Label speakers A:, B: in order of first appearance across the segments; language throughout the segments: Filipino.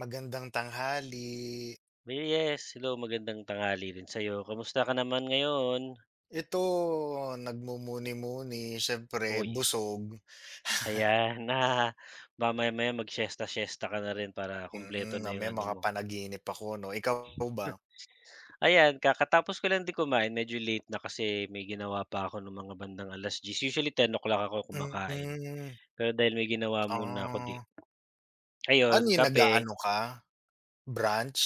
A: Magandang tanghali.
B: Yes, hello, magandang tanghali rin sa'yo. Kamusta ka naman ngayon?
A: Ito, nagmumuni-muni, siyempre
B: Uy,
A: busog.
B: ayan na mamaya-maya mag-siyesta-siyesta ka na rin para kumpleto na yung
A: Mamaya
B: ano mo.
A: makapanaginip ako 'no. Ikaw ba?
B: Ayan, kakatapos ko lang din kumain, medyo late na kasi may ginawa pa ako nung mga bandang 10:00. Usually 10:00 ako kumakain,
A: Mm,
B: pero dahil may ginawa muna ako di
A: ah.
B: ayun
A: Ano 'yun,
B: kape,
A: nag-aano ka, brunch?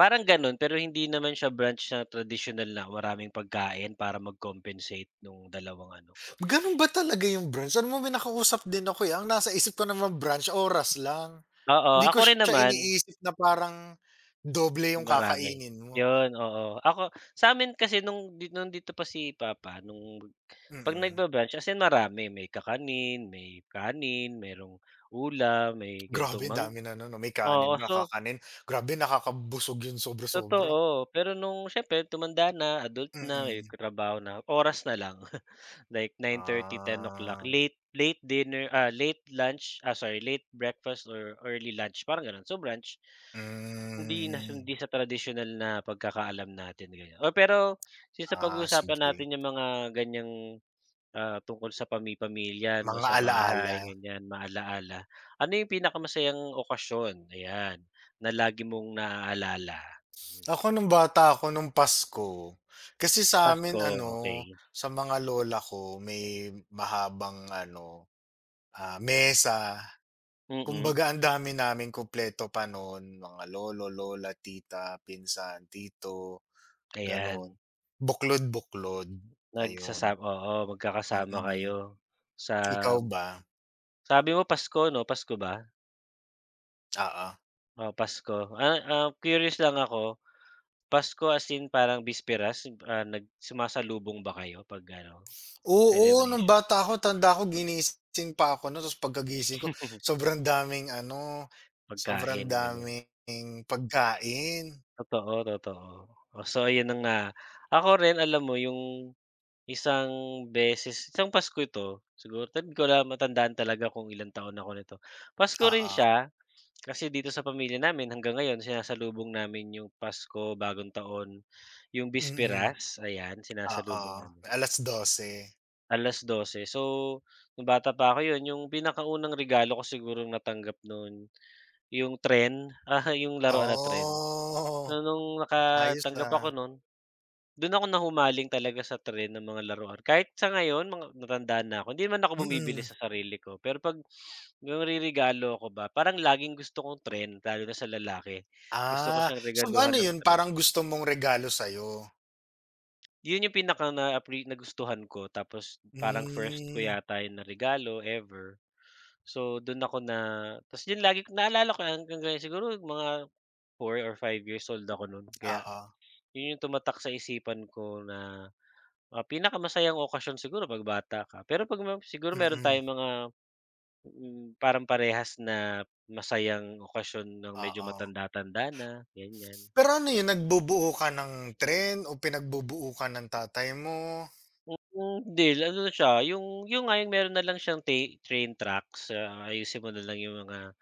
B: parang gano'n pero hindi naman siya brunch na traditional na maraming pagkain para mag-compensate nung dalawang ano.
A: Gano'n ba talaga yung brunch? Ano mo may nakausap din ako, eh, ang nasa isip ko naman brunch, oras lang.
B: Oo,
A: Hindi ko
B: ako rin
A: siya
B: naman.
A: iniisip na parang doble yung
B: Marami,
A: kakainin mo.
B: yun, oo. Ako sa sa'min kasi nung di nandito pa si papa, nung 'pag
A: Mm.
B: nagba-brunch, as in marami, may kakanin, may kanin, merong ulam, may ganitong
A: Grabe ang
B: mang
A: dami na nun 'no, may kanin,
B: oo, so
A: nakakanin. Grabe nakakabusog yun sobra-sobra.
B: totoo. Pero nung siyempre tumanda na, adult na, may
A: Mm.
B: trabaho na, oras na lang. Like nine thirty, ten o'clock,
A: Ah,
B: late late dinner, late lunch, sorry, late breakfast or early lunch, parang gano'n. So brunch. Hindi na
A: hmm.
B: hindi sa tradisyonal na pagkakaalam natin, ganyan. Oh, pero since pag
A: Ah,
B: uusapan
A: sige,
B: natin yung mga ganyang tungkol sa pami-pamilya 'no,
A: mga
B: sa
A: alaala.
B: bahay ganyan, maala-ala. Ano yung pinakamasayang okasyon, ayan, na lagi mong naaalala?
A: Ako nung bata ako nung Pasko, kasi sa amin
B: Pasko,
A: ano,
B: okay.
A: sa mga lola ko may mahabang ano, mesa.
B: Mm,
A: Kumbaga ang dami naming kumpleto pa nun, mga lolo, lola, tita, pinsan, tito, gano'n.
B: ayan.
A: Buklod-buklod, ayun.
B: Nagsasam oo, magkakasama
A: Mm.
B: kayo sa
A: Ikaw ba?
B: sabi mo Pasko 'no, Pasko ba?
A: Oo.
B: Oo, Pasko. Curious lang ako, Pasko as in parang bisperas, nag sumasalubong ba kayo 'pag ano,
A: Oo, nung
B: celebration,
A: bata ako, tanda ko ginising pa ako nun tapos pagkagising ko sobrang daming ano, sobrang
B: pagkain gano'n?
A: daming pagkain.
B: Totoo, totoo. Oh, so ayun na nga. Ako rin, alam mo yung isang beses, isang Pasko ito, siguro hindi ko na matandaan talaga kung ilang taon ako nito. Pasko rin
A: Oo,
B: siya, kasi dito sa pamilya namin hanggang ngayon sinasalubong namin yung Pasko, Bagong Taon, yung
A: mm,
B: bisperas, ayan,
A: oo,
B: sinasalubong namin.
A: alas dose.
B: Alas dose. So, nung bata pa ako, yun yung pinakaunang regalo ko sigurong natanggap noon, yung tren, yung laruan na tren.
A: Oh,
B: So, nung
A: ayos
B: nakatanggap ako
A: na,
B: noon, dun ako nahumaling talaga sa tren, ng mga laruan. Kahit sa ngayon, mga matanda na ako, hindi man ako bumibili
A: mm.
B: sa sarili ko. Pero 'pag yung nireregalo ko ba, parang laging gusto kong tren, lalo na sa lalaki. Gusto ko
A: Ah,
B: siyang
A: so
B: regaluhan
A: ano
B: ng
A: yun
B: tren.
A: parang gusto mong regalo sa'yo?
B: Yun yung pinaka na appre nagustuhan ko, tapos parang first ko
A: Hmm,
B: yata yung regalo ever. So, dun ako na tas yun, lagi naalala ko hanggang ngayon, siguro mga four or five years old ako nun, kaya
A: oo,
B: yun yung tumatak sa isipan ko na, ah, pinakamasayang okasyon siguro 'pag bata ka. Pero 'pag ma siguro meron
A: mm,
B: tayong mga, parang parehas na masayang okasyon ng medyo
A: oo.
B: matanda-tanda na, ganyan.
A: Pero ano yun nagbubuo ka ng trend o pinagbubuo ka ng tatay mo?
B: Hmm, hindi, ano na siya, yung nga yung meron na lang siyang ta train tracks, ah, ayusin mo na lang yung mga.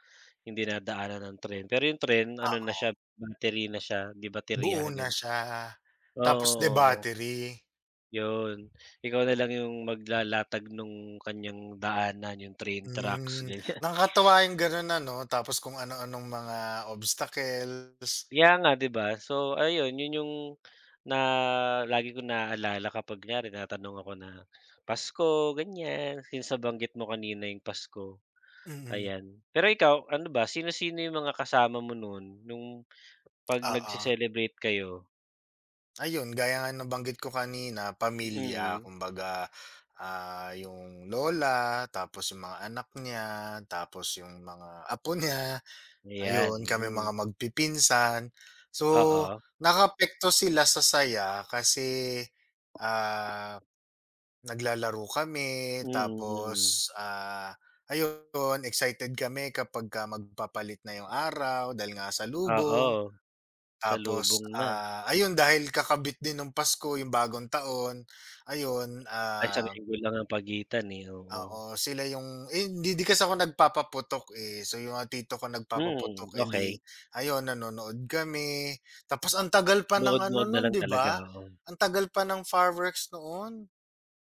B: Hindi nadaanan ng tren, pero yung tren ano na siya, battery na siya, 'di baterya
A: Buo na
B: ganun.
A: siya, tapos
B: Oo, oo,
A: de-battery.
B: yun. Ikaw na lang yung maglalatag nung kanyang daanan, yung train tracks,
A: Hmm,
B: ganyan.
A: nakakatuwa yung gano'n ano, tapos kung ano-anong mga obstacles.
B: Kaya nga 'di ba? So ayun, yun yung na lagi kong naaalala kapag kunyari tinatanong ako na, "Pasko," ganyan, since nabanggit mo kanina yung Pasko,
A: Mm,
B: ayan. Pero ikaw, ano ba, sino-sino yung mga kasama mo nun, nung 'pag
A: oo.
B: nagse-celebrate kayo?
A: Ayun, gaya nga nabanggit ko kanina, pamilya
B: Mm.
A: kumbaga, yung lola, tapos yung mga anak niya, tapos yung mga apo niya,
B: Ayan,
A: ayun kami
B: mm.
A: mga magpipinsan. So,
B: Oo.
A: nakaapekto sila sa saya kasi, ah naglalaro kami
B: Mm, mm.
A: tapos, ayun excited kami kapagka magpapalit na yung araw dahil nga sa lubong.
B: Oo,
A: Tapos,
B: salubong na.
A: ayun dahil kakabit din ng Pasko yung bagong taon, ayun,
B: Ay, isang linggo lang ang pagitan, eh, oo.
A: oo sila yung eh, hindi din kasi ako nagpapaputok, eh. So, yung mga tito ko
B: Mm,
A: nagpapaputok, eh, di
B: okey.
A: ayun nanonood kami. Tapos ang tagal pa ng ano
B: Nood-nood na
A: nun
B: lang
A: 'di
B: talaga,
A: ba?
B: oo.
A: Ang tagal pa ng fireworks noon.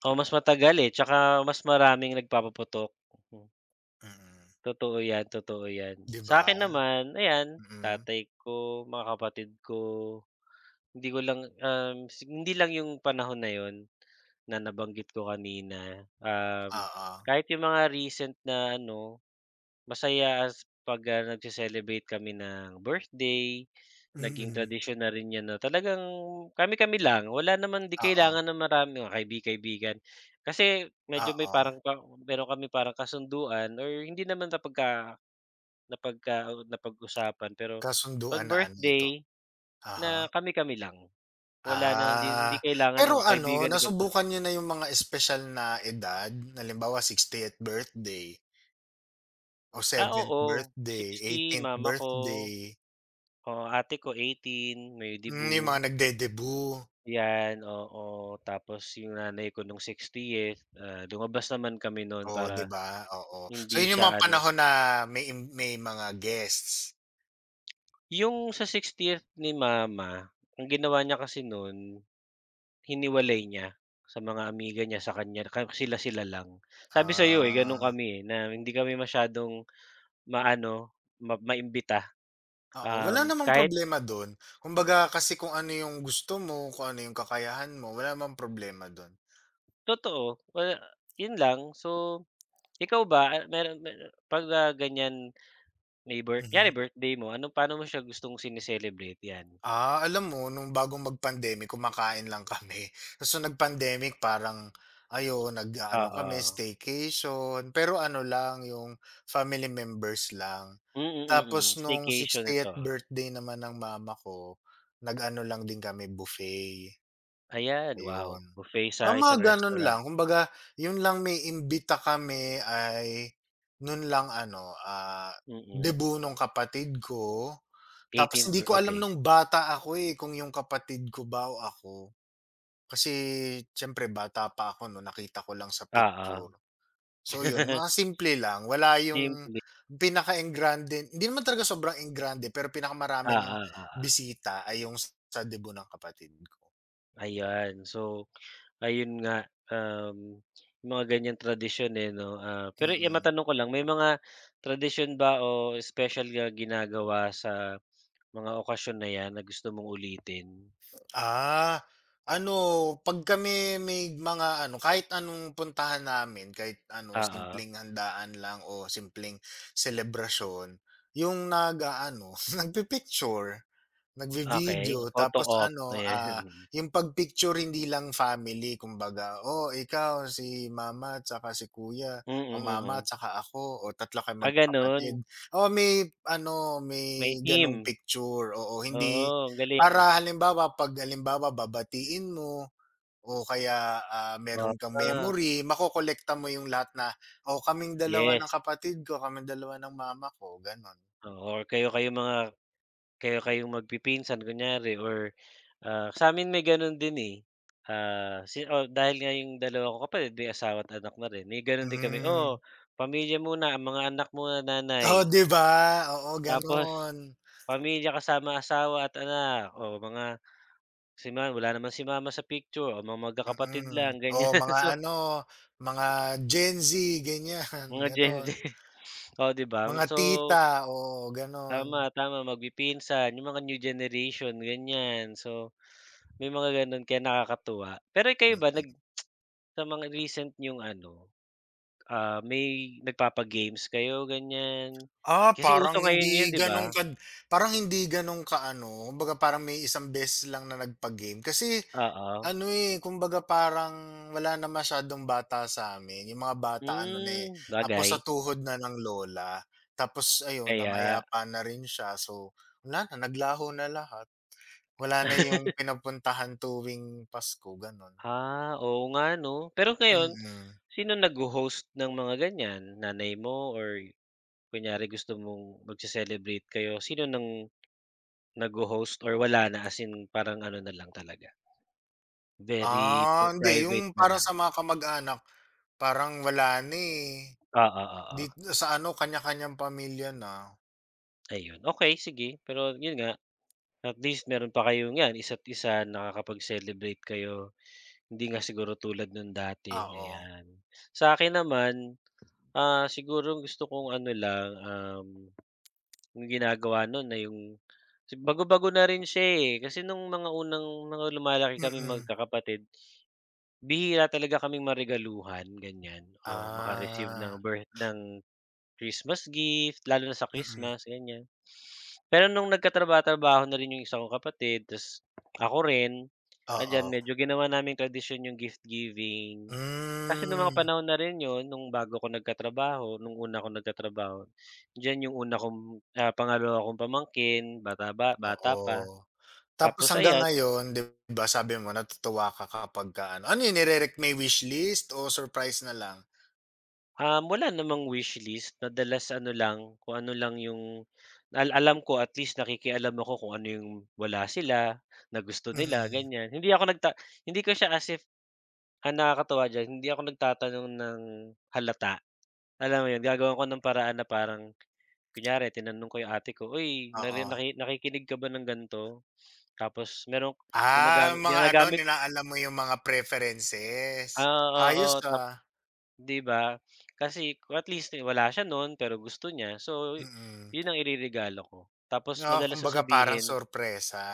B: Oo, mas matagal, eh, tsaka mas maraming nagpapaputok. Mm,
A: Mm,
B: totoo 'yan, totoo 'yan.
A: 'di ba?
B: Sa'kin naman, ayan,
A: Mm.
B: tatay ko, mga kapatid ko, hindi ko lang, si hindi lang yung panahon na yun na nabanggit ko kanina,
A: Oo.
B: kahit yung mga recent na ano. Masaya as 'pag, nagse-celebrate kami ng birthday, naging
A: Mm.
B: tradisyon na rin 'yan, na talagang kami-kami lang, wala naman, 'di
A: Oo,
B: kailangan ng marami o kaibi-kaibigan. Kasi medyo may
A: oo.
B: parang ka meron kami parang kasunduan or hindi naman napagka napagka napag-usapan pero 'pag
A: Kasunduan na ano ito?
B: birthday
A: Uh-huh.
B: na kami-kami lang. Wala na, hindi
A: Ah,
B: hindi kailangan
A: pero
B: ng "O,
A: ano,
B: kaibigan na ganito."
A: nasubukan niyo na yung mga espesyal na edad? Halimbawa 60th birthday o
B: Ah,
A: seventh
B: oo,
A: birthday,
B: sixty
A: eighteenth
B: mama ko,
A: birthday,
B: oo, ate ko 18, may
A: hmm,
B: dibu.
A: yung mga nagde-debut.
B: Yan, oo. Tapos yung nanay ko nung 60th, ah, lumabas naman kami noon
A: Oh,
B: para
A: 'di ba? Oo. So
B: hindi
A: yun yung mga
B: siya ano.
A: panahon na may mga guests.
B: Yung sa 60 ni mama, ang ginawa niya kasi nun, hiniwalay niya sa mga amiga niya, sa kanya ka sila-sila lang. Sabi sa'yo, eh, ganun
A: Ah.
B: kami, eh, na hindi kami masyadong maano, maimbita.
A: Oo, wala namang
B: Kahit
A: problema dun. Kumbaga kasi kung ano yung gusto mo, kung ano yung kakayahan mo, wala namang problema dun.
B: totoo, wala, yun lang. So, ikaw ba, meron meron 'pag, ganyan May birth yari
A: Mhm.
B: birthday mo, ano paano mo siya gustong sine-celebrate 'yan?
A: Ah, alam mo nung bagong mag-pandemic kumakain lang kami. Ta's nung nag-pandemic parang ayun, nag-aano kami,
B: Oo.
A: staycation, pero ano lang, yung family members lang.
B: Mm,
A: Tapos
B: mm.
A: nung
B: Staycation
A: 60
B: ito, ah.
A: birthday naman ng mama ko, nag-ano lang din kami, buffet.
B: Ayan, wow.
A: Ayun.
B: Buffet sa
A: Ah, mga
B: isang
A: gano'n
B: restaurant.
A: lang. Kumbaga, 'yun lang may imbita kami ay nun lang ano,
B: Mm.
A: debut nung kapatid ko. Tapos
B: 18th
A: hindi
B: bir
A: ko alam
B: okey.
A: nung bata ako, eh, kung yung kapatid ko ba o ako. Kasi siyempre bata pa ako no nakita ko lang sa
B: Oo.
A: picture. So 'yun, mga simple lang. Wala yung
B: Simple.
A: pinaka-enggrande hindi naman talaga sobrang engrande pero pinakamarami ng
B: Oo, oo.
A: bisita ay yung sa debut ng kapatid ko.
B: Ayan. So, ayun nga, um, mga ganiyang tradisyon, eh, 'no, ah, pero, eh,
A: Mm.
B: matanong ko lang, may mga tradisyon ba o espesyal na ginagawa sa mga okasyon na 'yan na gusto mong ulitin?
A: Ah, ano, 'pag kami may mga ano, kahit anong puntahan namin, kahit ano,
B: Oo.
A: simpleng handaan lang o simpleng selebrasyon, yung nag-aano, nagpi-picture.
B: Okey,
A: Nagvi-video
B: photo
A: tapos
B: op,
A: ano,
B: ayan.
A: yung pag-picture hindi lang family kumbaga, "Oh, ikaw, si mama at saka si kuya,
B: Mm,
A: o
B: mm,
A: mama at
B: mm.
A: saka ako, o tatlo kayong
B: Ah, gano'n,
A: magkakapatid." Oo, may ano,
B: may
A: may gano'ng
B: team,
A: picture, oo. Hindi
B: oo, ang
A: para
B: galing.
A: halimbawa 'pag halimbawa babatiin mo o kaya,
B: Oo,
A: meron kang memory, makokolekta mo yung lahat na, "Oh, kaming dalawa ng
B: yes,
A: kapatid ko, kaming dalawa ng mama ko." Gano'n.
B: oo, or kayo kayong mga kayo kayong magpipinsan kunyari or, ah, sa'min may gano'n din, eh. Ah, si o dahil nga yung dalawa ko kapatid may asawa at anak na rin, may gano'n din kami,
A: Hmm.
B: "Oh, pamilya muna, ang mga anak muna
A: Oh,
B: nanay."
A: 'di
B: Oh,
A: ba? Oo,
B: tapos
A: gano'n.
B: pamilya kasama asawa at anak, oh, mga Si ma wala naman si mama sa picture o mga magkakapatid
A: Mm,
B: lang ganyan.
A: oo, mga
B: So,
A: ano, mga Gen Z ganyan,
B: mga Gen Z,
A: gano'n.
B: oh, 'di ba?
A: Mga
B: So,
A: tita, oo, gano'n.
B: tama, tama, magpipinsan, yung mga new generation ganyan. So, may mga gano'n, kaya nakakatuwa. Pero kayo ba
A: Hmm.
B: nag sa mga recent yung ano, may nagpapa-games kayo ganyan?
A: Ah,
B: Kasi uso ngayon 'yun, 'di ba?
A: parang hindi gano'n ka-ano, kumbaga parang may isang beses lang na nagpa-game kasi
B: Oo.
A: ano, eh, kumbaga parang wala na masyadong bata sa'min, yung mga bata ano na, eh,
B: Hmm,
A: apos sa
B: bagay.
A: tuhod na ng lola. Tapos ayun,
B: Kaya,
A: namayapa na rin siya, so wala na, naglaho na lahat. Wala na yung pinapuntahan tuwing Pasko, gano'n?
B: ah, oo nga 'no. Pero ngayon,
A: Mm.
B: sino nag host ng mga ganyan, nanay mo or kunyari gusto mong magse-celebrate kayo, sino ng nagho-host or wala na, as in parang ano na lang talaga, very
A: Ah,
B: pri
A: hindi yung
B: private na
A: parang
B: lang?
A: sa mga kamag-anak, parang wala na, eh,
B: Oo, oo, oo.
A: dit sa ano kanya-kanyang pamilya na.
B: Ayun, okay, sige. Pero yun nga, at least meron pa kayong yan isa't isa, nakakapag-celebrate kayo. Hindi nga siguro tulad nung dati,
A: Ah, oo,
B: ayan. Sa akin naman, ah, siguro gusto kong ano lang, yung ginagawa nun na yung si- bago-bago na rin siya, eh, kasi nung mga unang mga lumalaki kaming
A: mm.
B: magkakapatid. Bihira talaga kaming marigaluhan ganyan, o maka-receive
A: Ah,
B: ng birth ng Christmas gift, lalo na sa
A: mm,
B: Christmas, ganyan. Pero nung nagkatrabaho-trabaho na rin yung isa kong kapatid, ta's ako rin, andiyan,
A: oo.
B: medyo ginawa namin tradisyon yung gift giving. Kasi nung mga
A: Hmm,
B: panahon na rin yun, nung bago ako nagkatrabaho, nung una akong nagkatrabaho, diyan yung una kong, ah, pangalawa kong pamangkin, bata ba bata pa.
A: oo. Tapos
B: Tapos
A: hanggang
B: ayan,
A: ngayon, 'di ba, sabi mo natutuwa ka kapagka ano, ano yun may wishlist o surprise na lang?
B: Wala namang wish list. Madalas ano lang, kung ano lang yung alam ko, at least nakikialam ako kung ano yung wala sila, na gusto nila,
A: Mm,
B: ganyan. Hindi ako nagta hindi ko siya as if ang nakakatuwa diyan, hindi ako nagtatanong ng halata. Alam mo yun, gagawan ko ng paraan na parang kunyari tinanong ko yung ate ko, "Uy, nari
A: oo.
B: naki nakikinig ka ba ng ganito?" Tapos merong
A: Ah,
B: gumagamit
A: mga ano
B: ginagamit
A: inaalam mo yung mga preferences.
B: ah, oo,
A: Ayos,
B: oo, tap.
A: ah,
B: 'Di ba? Kasi kung at least wala siya nun pero gusto niya, so
A: mm.
B: yun ang ireregalo ko. Tapos
A: Oo,
B: madalas ko
A: kumbaga parang
B: sabihin
A: sorpresa.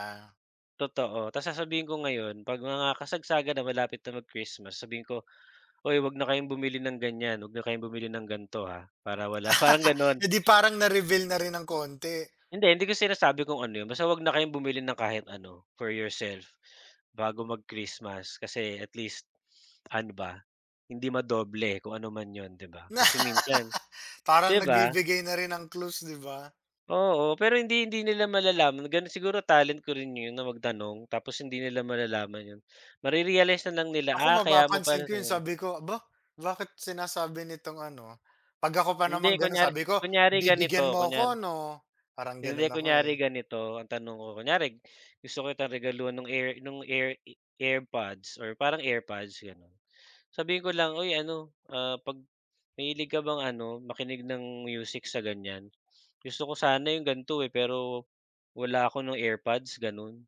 B: totoo, tapos sasabihin ko ngayon 'pag mga kasagsagan na malapit na mag-Christmas, sabihin ko, "Uy, 'wag na kayong bumili ng ganyan, 'wag na kayong bumili ng gan'to, ha, para wala" parang gano'n.
A: Eh, di parang na-reveal na rin ng konti.
B: Hindi, hindi ko sinasabi kung ano yun, basta 'wag na kayong bumili ng kahit ano for yourself bago mag-Christmas kasi at least ano ba, hindi madoble kung ano man yun, 'di ba? Kasi minsan
A: Parang
B: 'di ba?
A: nagbibigay na rin ng clues, di ba?
B: Oo, pero hindi hindi nila malalaman, gano'n, siguro talent ko rin 'yun na magtanong tapos hindi nila malalaman 'yun. Mare-realize na lang nila,
A: Ako
B: ah, kaya mo
A: mapapansin
B: pala
A: ko yun
B: tinanong.
A: sabi ko, "Aba, bakit sinasabi nitong ano?" 'Pag ako pa
B: Hindi
A: naman gano'n
B: kunyari
A: sabi ko,
B: kunyari ganito,
A: "Bibigyan mo ako
B: kunyari
A: 'no?" Parang gano'n ako, eh.
B: kunyari ganito ang tanong ko, kunyari gusto kitang regaluhan ng air nung air i AirPods or parang AirPods gano'n. Sabihin ko lang, "Uy ano, 'pag mahilig ka bang ano, makinig ng music sa ganyan? Gusto ko sana yung ganito, eh, pero wala ako ng AirPods," gano'n.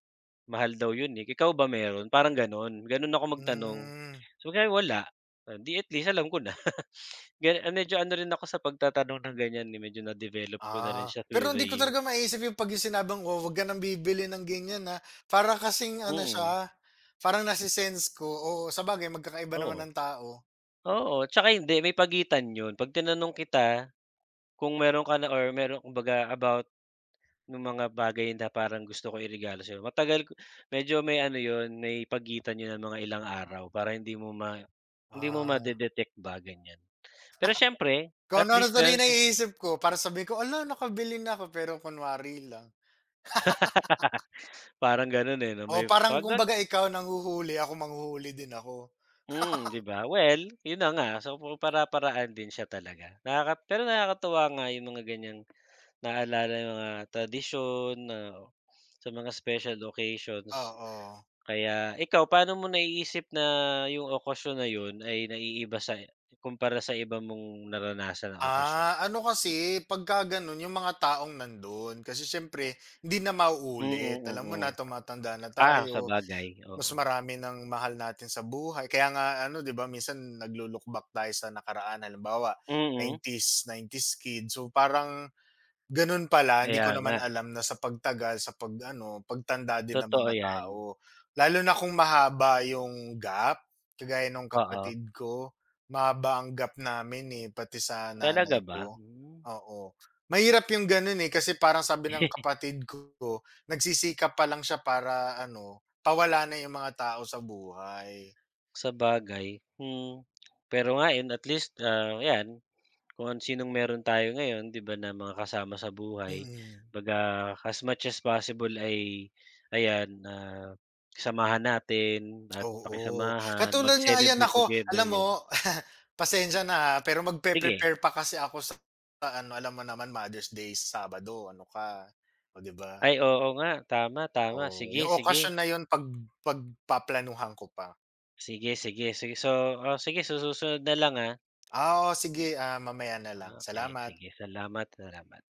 B: "Mahal daw yun, eh, ikaw ba meron?" Parang gano'n. Gano'n ako magtanong.
A: Hmm.
B: So, kaya wala, ah, 'di at least alam ko na. Gano ah, medyo ano rin ako sa pagtatanong ng ganyan, eh, medyo na-develop ko na
A: Ah,
B: rin siya
A: pero
B: through the
A: hindi ko talaga
B: years.
A: maisip yung 'pag yung sinabing, "Oh, wag ka ng bibili ng ganyan, ah." Para kasing ano siya,
B: Mm,
A: parang nase-sense ko, oo, sabagay magkakaiba naman
B: oo.
A: ng tao.
B: Oo, 'tsaka hindi, may pagitan yun. 'Pag tinanong kita kung meron ka na or meron kumbaga about nung mga bagay na parang gusto ko iregalo sa'yo. Matagal ko, medyo may ano 'yun, may pagitan 'yun ng mga ilang araw para hindi mo ma hindi mo
A: Ah,
B: made-detect ba, ganiyan. Pero siyempre,
A: kung
B: at
A: ano-ano
B: least
A: tuloy
B: meron siya,
A: naiisip ko para sabihin ko, "Hala, nakabili na ako," pero kunwari lang.
B: parang gano'n, eh, 'no,
A: O
B: may
A: parang
B: pag nag
A: kumbaga ikaw nanghuhuli, ako manghuhuli din ako.
B: mm, 'di ba? Well, 'yun na nga, so para-paraan din siya talaga. Nakaka pero nakakatuwa nga yung mga ganiyang naalala yung mga tradisyon na sa mga special occasions.
A: Oo.
B: Kaya ikaw, paano mo naiisip na yung okasyon na yun ay naiiba sa kumpara sa iba mong naranasan na okasyon?
A: Ah, ano kasi pagka gano'n yung mga taong nandun kasi siyempre hindi na
B: Mm,
A: mauulit. Alam mo
B: mm.
A: na tumatanda na
B: Ah,
A: tayo.
B: sabagay,
A: Mas
B: oo.
A: marami ng mahal natin sa buhay kaya nga ano 'di ba minsan naglo-look back tayo sa nakaraan halimbawa
B: Mm,
A: 90s, 90s kid so parang gano'n pala, hindi
B: kaya
A: ko
B: nga,
A: naman alam na sa pagtagal, sa pag-ano, pagtanda din ng
B: totoo
A: mga
B: yan.
A: tao, lalo na kung mahaba yung gap, kagaya nung
B: Oo,
A: kapatid ko, mahaba ang gap namin, eh, pati sa
B: talaga
A: nanay
B: ba?
A: ko,
B: Hmm.
A: oo. Mahirap yung gano'n, eh, kasi parang sabi ng kapatid ko, nagsisikap pa lang siya para ano, pawala na yung mga tao sa buhay,
B: Sabagay, hmm. Pero nga yun, at least, ah, 'yan kung an sinong meron tayo ngayon 'di ba, na mga kasama sa buhay,
A: mm.
B: 'baga as much as possible ay ayan, samahan natin at
A: Oo,
B: pakisamahan,
A: katulad nga yan
B: mag-celebrate
A: ako
B: together
A: alam
B: yan.
A: mo, pasensya na ha, pero
B: Sige,
A: magpe-prepare pa kasi ako sa ano, alam mo naman Mother's Day Sabado ano ka, o 'di ba?
B: ay oo nga, tama, tama,
A: Oo,
B: sige,
A: yung
B: sige.
A: occasion na yun pagpaplanuhan ko pa.
B: Sige, sige, sige so, oh, sige sa susunod na lang, ah.
A: Ah, oo sige, mamaya na
B: Ah,
A: lang.
B: okay,
A: Salamat.
B: sige, salamat, salamat.